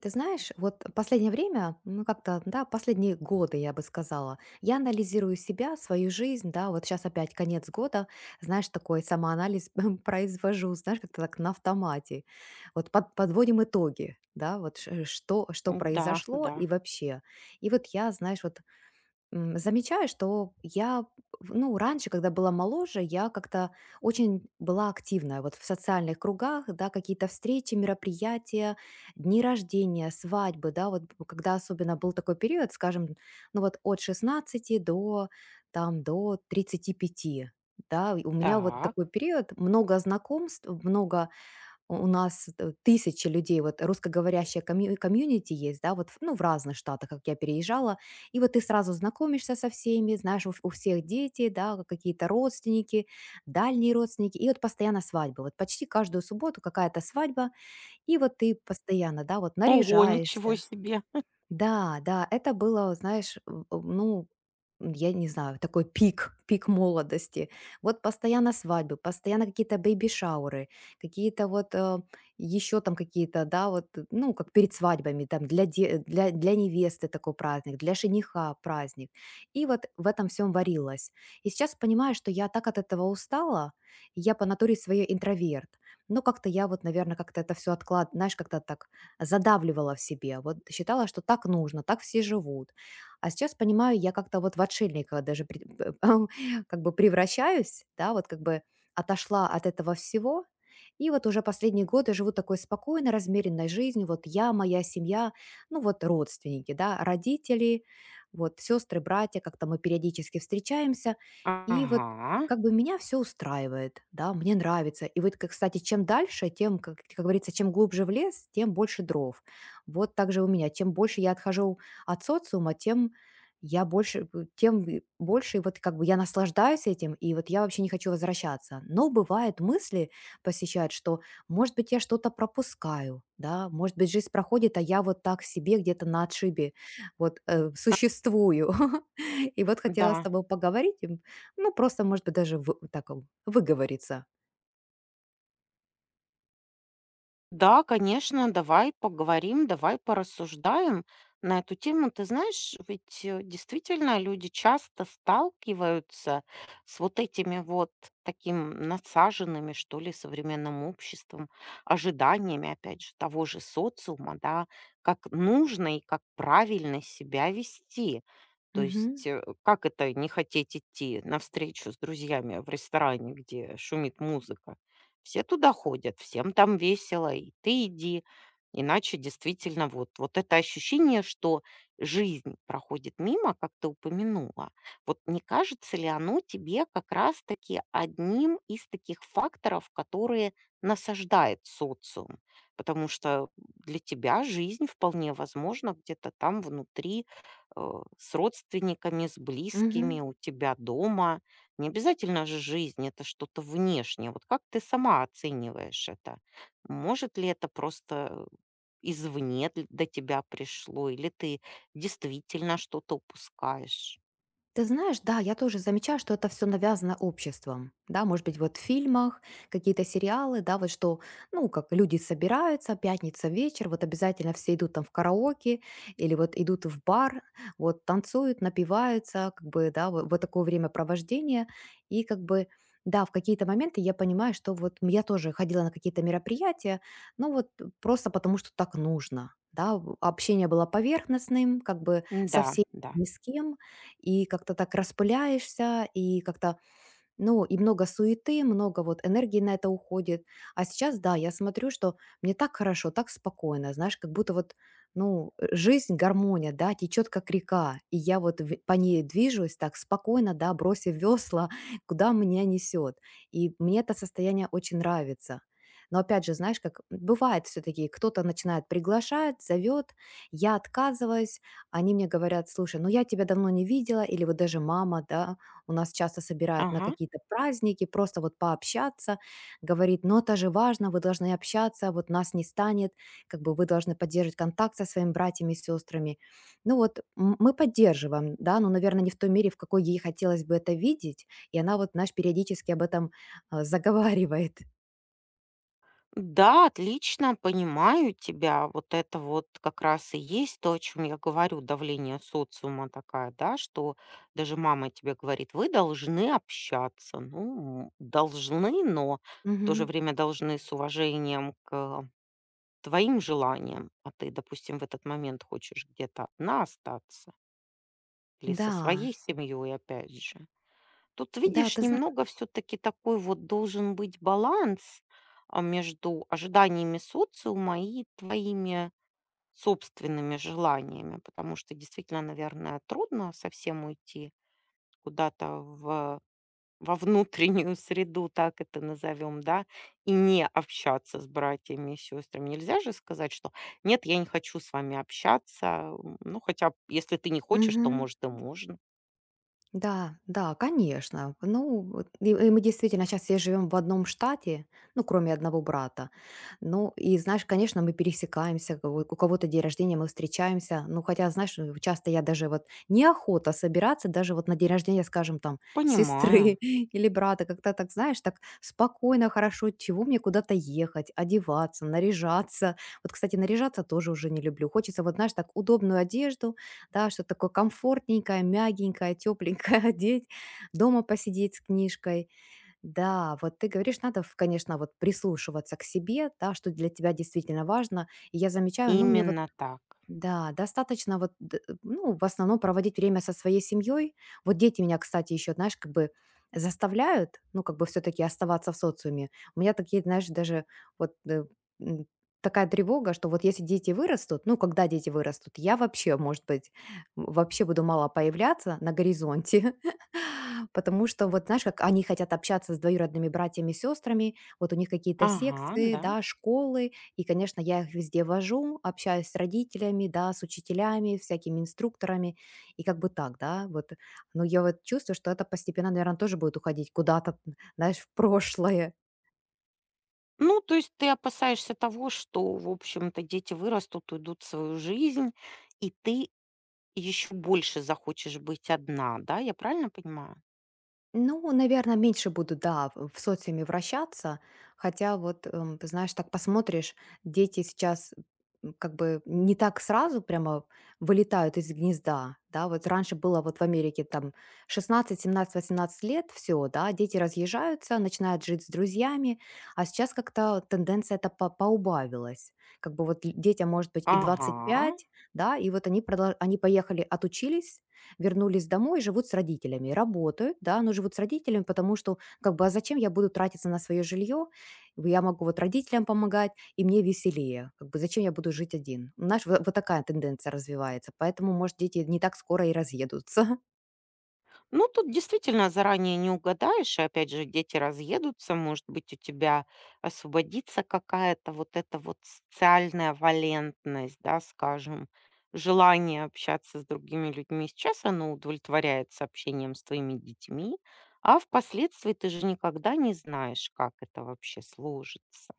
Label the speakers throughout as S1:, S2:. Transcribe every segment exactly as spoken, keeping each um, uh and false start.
S1: Ты знаешь, вот последнее время, ну как-то, да, последние годы, я бы сказала, я анализирую себя, свою жизнь, да, вот сейчас опять конец года, знаешь, такой самоанализ произвожу, знаешь, как-то так на автомате. Вот под- подводим итоги, да, вот ш- что, что
S2: Э, Да,
S1: произошло
S2: да.
S1: и вообще. И вот я, знаешь, вот м, замечаю, что я, в- ну, раньше, когда была моложе, я как-то очень была активная вот в социальных кругах, да, какие-то встречи, мероприятия, дни рождения, свадьбы, да, вот б- когда особенно был такой период, скажем, ну вот от шестнадцати до, там, до тридцати пяти, да, и у меня вот такой
S2: Так.
S1: период, много знакомств, много у нас т тысячи людей, вот русскоговорящая комью комьюнити есть, да, вот, ф ну, в разных штатах, как я переезжала. И вот ты сразу знакомишься со всеми, знаешь, у ф у всех дети, да, какие-то родственники, дальние родственники, и вот постоянно свадьбы. Вот почти каждую субботу какая-то свадьба, и вот ты постоянно, да, вот
S2: Ого, ничего
S1: наряжаешься.
S2: себе.
S1: Да, да, это было, знаешь, м, м, ну, я не знаю, такой пик, пик молодости. Вот постоянно свадьбы, постоянно какие-то бэйби-шауры, какие-то вот еще там какие-то, да, вот, э, ну, как перед свадьбами, там, для, де- для, для невесты такой праздник, для жениха праздник. И вот в этом всем варилась. И сейчас понимаю, что я так от этого устала, я по натуре своей интроверт. Но как-то я вот, наверное, как-то это все откладываю, знаешь, как-то так задавливала в себе, вот считала, что так нужно, так все живут. А сейчас понимаю, я как-то вот в отшельника даже при- как бы превращаюсь, да, вот как бы отошла от этого всего, и вот уже последние годы живу такой спокойной, размеренной жизнью. Вот я, моя семья, ну вот родственники, да, родители, вот сестры, братья, как-то мы периодически встречаемся. И вот
S2: Ага.
S1: как бы меня все устраивает, да, мне нравится. И вот, как кстати, чем дальше, тем, как как говорится, чем глубже в лес, тем больше дров. Вот так же у меня. Чем больше я отхожу от социума, тем я больше, э, тем и больше вот как бы я наслаждаюсь этим, и вот я вообще не хочу возвращаться. Но бывает мысли посещают, что, может быть, я что-то пропускаю, да, может быть, жизнь проходит, а я вот так себе где-то на отшибе вот, э, существую. И вот хотела с
S2: Да.
S1: тобой поговорить. Ну, просто, может быть, даже вы так, э, выговориться.
S2: Да, конечно, давай поговорим, давай порассуждаем на эту тему. Ты знаешь, ведь э, действительно люди часто сталкиваются с вот этими вот таким насаженными, что ли, современным обществом, ожиданиями, опять же, того же социума, да, как нужно и как правильно себя вести. То
S1: Мгм,
S2: есть, э, как это не хотеть идти навстречу с друзьями в ресторане, где шумит музыка? Все туда ходят, всем там весело, и ты иди. Иначе действительно вот, вот это ощущение, что жизнь проходит мимо, как ты упомянула, вот не кажется ли оно тебе как раз-таки одним из таких факторов, которые насаждает социум? Потому что для тебя жизнь вполне возможно где-то там внутри, э, с родственниками, с близкими,
S1: мгм.
S2: у тебя дома. Не обязательно же жизнь, это что-то внешнее. Вот как ты сама оцениваешь это? Может ли это просто извне д- до тебя пришло, или ты действительно что-то упускаешь?
S1: Ты знаешь, да, я тоже замечаю, что это все навязано обществом. Да, может быть, вот в фильмах, какие-то сериалы, да, вот что, ну, как люди собираются, пятница вечер, вот обязательно все идут там в караоке или вот идут в бар, вот танцуют, напиваются, как бы, да, вот, вот такое времяпровождение. И как бы, да, в какие-то моменты я понимаю, что вот м, я тоже ходила на какие-то мероприятия, ну, вот просто потому, что так нужно. Да, в- общение было поверхностным, как бы со
S2: Да,
S1: всеми
S2: да.
S1: ни с кем, и как-то так распыляешься, и как-то ну, и много суеты, много вот энергии на это уходит. А сейчас, да, я смотрю, что мне так хорошо, так спокойно, знаешь, как будто вот, ну, э, жизнь, гармония, да, течет как река, и я вот в- по ней движусь так спокойно, да, бросив весла, куда меня несет. И мне это состояние очень нравится. Но опять же, знаешь, как бывает все-таки, кто-то начинает приглашать, зовет, я отказываюсь, они мне говорят, слушай, ну я тебя давно не видела, или вот даже мама, да, у нас часто собирают на
S2: Ага.
S1: какие-то праздники, просто вот пообщаться. Говорит, но это же важно, вы должны общаться, вот нас не станет, как бы вы должны поддерживать контакт со своими братьями и сестрами. Ну вот м- мы поддерживаем, да, но, наверное, не в той мере, в какой ей хотелось бы это видеть. И она вот, наш периодически об этом а, заговаривает.
S2: Да, отлично, понимаю тебя. Вот это вот как раз и есть то, о чем я говорю, давление социума такая, да, что даже мама тебе говорит, вы должны общаться. Ну, должны, но в то же
S1: Мгм.
S2: время должны с уважением к твоим желаниям. А ты, допустим, в этот момент хочешь где-то одна остаться или со
S1: Да,
S2: своей семьей, опять же. Тут,
S1: да,
S2: видишь,
S1: ты
S2: немного все-таки такой вот должен быть баланс а, между ожиданиями социума и твоими собственными желаниями, потому что действительно, наверное, трудно совсем уйти куда-то в, во внутреннюю среду, так это назовем, да, и не общаться с братьями и сестрами. Нельзя же сказать, что нет, я не хочу с вами общаться. м, Ну, хотя, б, если ты не хочешь, то,
S1: знаешь.
S2: может, и можно.
S1: Да, да, конечно. Ну, вот и и мы действительно сейчас все живем в одном штате, ну, кроме одного брата. Ну, и знаешь, конечно, мы пересекаемся, ко вот, у кого-то день рождения, мы встречаемся. Ну, хотя, знаешь, э, часто я даже вот неохота собираться даже вот на день рождения, скажем, там,
S2: Понимаю.
S1: сестры или брата. Как-то так, знаешь, так спокойно, хорошо, чего мне куда-то ехать, одеваться, наряжаться. Вот, кстати, наряжаться тоже уже не люблю. Хочется вот, знаешь, так удобную одежду, да, что такое комфортненькое, мягенькое, тепленькое одеть, дома посидеть с книжкой. Да, вот ты говоришь, надо, в- конечно, вот прислушиваться к себе, да, что для тебя действительно важно. И я замечаю, ну, мне вот
S2: Именно так.
S1: да, достаточно вот, д- ну, в основном проводить время со своей семьей. Вот дети меня, кстати, еще, знаешь, как бы заставляют, ну, как бы все-таки оставаться в социуме. У меня такие, знаешь, даже вот э, м, такая тревога, что вот если дети вырастут, ну, когда дети вырастут, я вообще, может быть, м, вообще буду мало появляться на горизонте, потому что вот, знаешь, как они хотят общаться с двоюродными братьями и сестрами, вот у них какие-то
S2: Ага,
S1: секции,
S2: да.
S1: да, школы, и, конечно, я их везде вожу, общаюсь с родителями, да, с учителями, всякими инструкторами, и как бы так, да, вот. Но я вот чувствую, что это постепенно, наверное, тоже будет уходить куда-то, знаешь, в прошлое.
S2: Ну, то есть ты опасаешься того, что, в общем-то, дети вырастут, уйдут в свою жизнь, и ты еще больше захочешь быть одна, да? Я правильно понимаю?
S1: Ну, наверное, меньше буду, да, в в социуме вращаться, хотя вот, эм, ты знаешь, так посмотришь, дети сейчас м, как бы не так сразу прямо вылетают из гнезда, да, вот раньше было вот в Америке там шестнадцать, семнадцать, восемнадцать лет, все, да, дети разъезжаются, начинают жить с друзьями, а сейчас как-то тенденция это по- поубавилась, как бы вот л- детям может быть и двадцать
S2: Ага.
S1: пять, да, и вот они, продол- они поехали, отучились, вернулись домой, живут с родителями, работают, да, но живут с родителями, потому что как бы, а зачем я буду тратиться на свое жилье? Я могу вот родителям помогать, и мне веселее. Как бы зачем я буду жить один? Знаешь, вот, вот такая тенденция развивается, поэтому, может, дети не так скоро и разъедутся.
S2: Ну, тут действительно заранее не угадаешь, и опять же дети разъедутся, может быть, у тебя освободится какая-то вот эта вот социальная валентность, да, скажем, желание общаться с другими людьми. Сейчас оно удовлетворяется общением с твоими детьми, а впоследствии ты же никогда не знаешь, как это вообще сложится.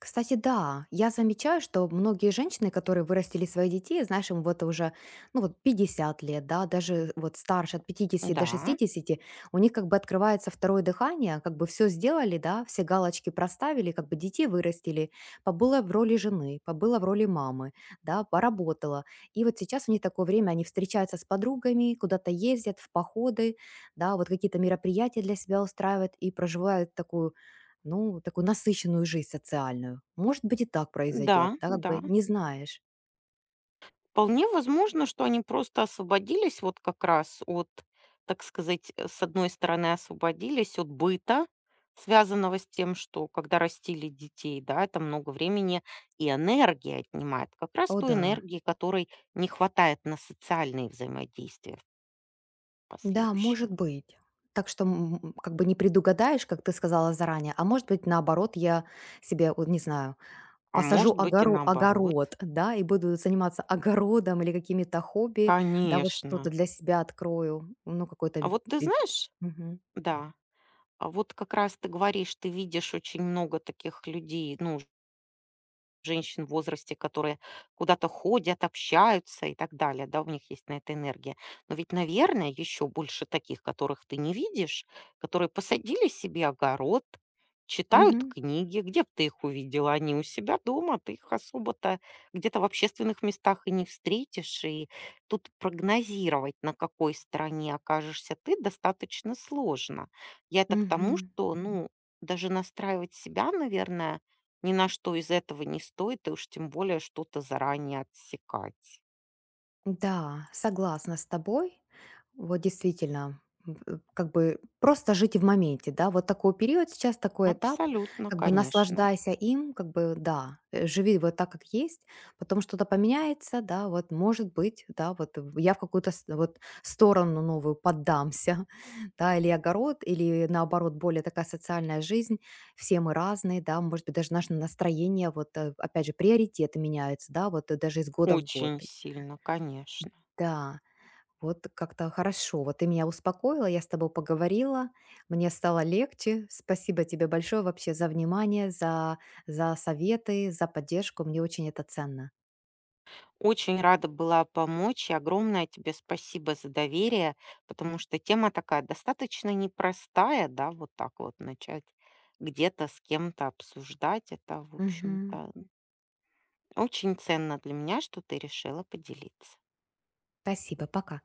S1: Кстати, да, я замечаю, что многие женщины, которые вырастили своих детей, знаешь, им вот уже, ну вот пятьдесят лет, да, даже вот старше от пятидесяти до
S2: Да,
S1: шестидесяти, у них как бы открывается второе дыхание, как бы все сделали, да, все галочки проставили, как бы детей вырастили, побыла в роли жены, побыла в роли мамы, да, поработала. И вот сейчас у них такое время, они встречаются с подругами, куда-то ездят в походы, да, вот какие-то мероприятия для себя устраивают и проживают такую ну, такую насыщенную жизнь социальную. Может быть, и так
S2: да,
S1: произойдет, да, как бы
S2: да.
S1: не знаешь.
S2: Вполне возможно, что они просто освободились вот как раз от, так сказать, э, с одной стороны, освободились от быта, связанного с тем, что когда растили детей, да, это много времени и энергии отнимает. Как раз
S1: О,
S2: той
S1: да.
S2: энергии, которой не хватает на социальные взаимодействия в
S1: Да, может
S2: последующем.
S1: быть. Так что м, как бы не предугадаешь, как ты сказала заранее, а может быть, наоборот, я себе, вот не знаю,
S2: А
S1: посажу
S2: может быть и
S1: огоро-
S2: наоборот.
S1: огород, да, и буду заниматься огородом или какими-то хобби, да, вот что-то
S2: Конечно.
S1: для себя открою, ну,
S2: А
S1: какой-то...
S2: вот ты
S1: э,
S2: знаешь,
S1: Мгм.
S2: да, а вот как раз ты говоришь, ты видишь очень много таких людей, ну, женщин в возрасте, которые куда-то ходят, общаются и так далее, да, у них есть на это энергия. Но ведь, наверное, еще больше таких, которых ты не видишь, которые посадили себе огород, читают
S1: Мгм.
S2: книги, где бы ты их увидела, они у себя дома, ты их особо-то где-то в общественных местах и не встретишь, и тут прогнозировать, на какой стороне окажешься ты, достаточно сложно. Я это к тому,
S1: Мгм.
S2: что, ну, даже настраивать себя, наверное, ни на что из этого не стоит, и уж тем более что-то заранее отсекать.
S1: Да, согласна с тобой. Вот действительно, м, э, как бы просто жить в моменте, да, вот такой период сейчас, такой этап,
S2: Абсолютно,
S1: как бы
S2: конечно.
S1: наслаждайся им, как бы, да, э, живи вот так, как есть, потом что-то поменяется, да, вот может быть, да, вот в- я в какую-то с- вот сторону новую поддамся, да, или огород, или наоборот, более такая социальная жизнь, все мы разные, да, может быть, даже наше настроение, вот, э, опять же, приоритеты меняются, да, вот э, даже из года в год.
S2: Очень сильно, конечно.
S1: Да, вот как-то хорошо. Вот ты меня успокоила, я с тобой поговорила, мне стало легче. Спасибо тебе большое вообще за внимание, за, за советы, за поддержку. Мне очень это ценно.
S2: Очень рада была помочь, и огромное тебе спасибо за доверие, потому что тема такая достаточно непростая, да, вот так вот начать где-то с кем-то обсуждать. Это, в
S1: Мгм.
S2: общем-то, очень ценно для меня, что ты решила поделиться.
S1: Спасибо, пока.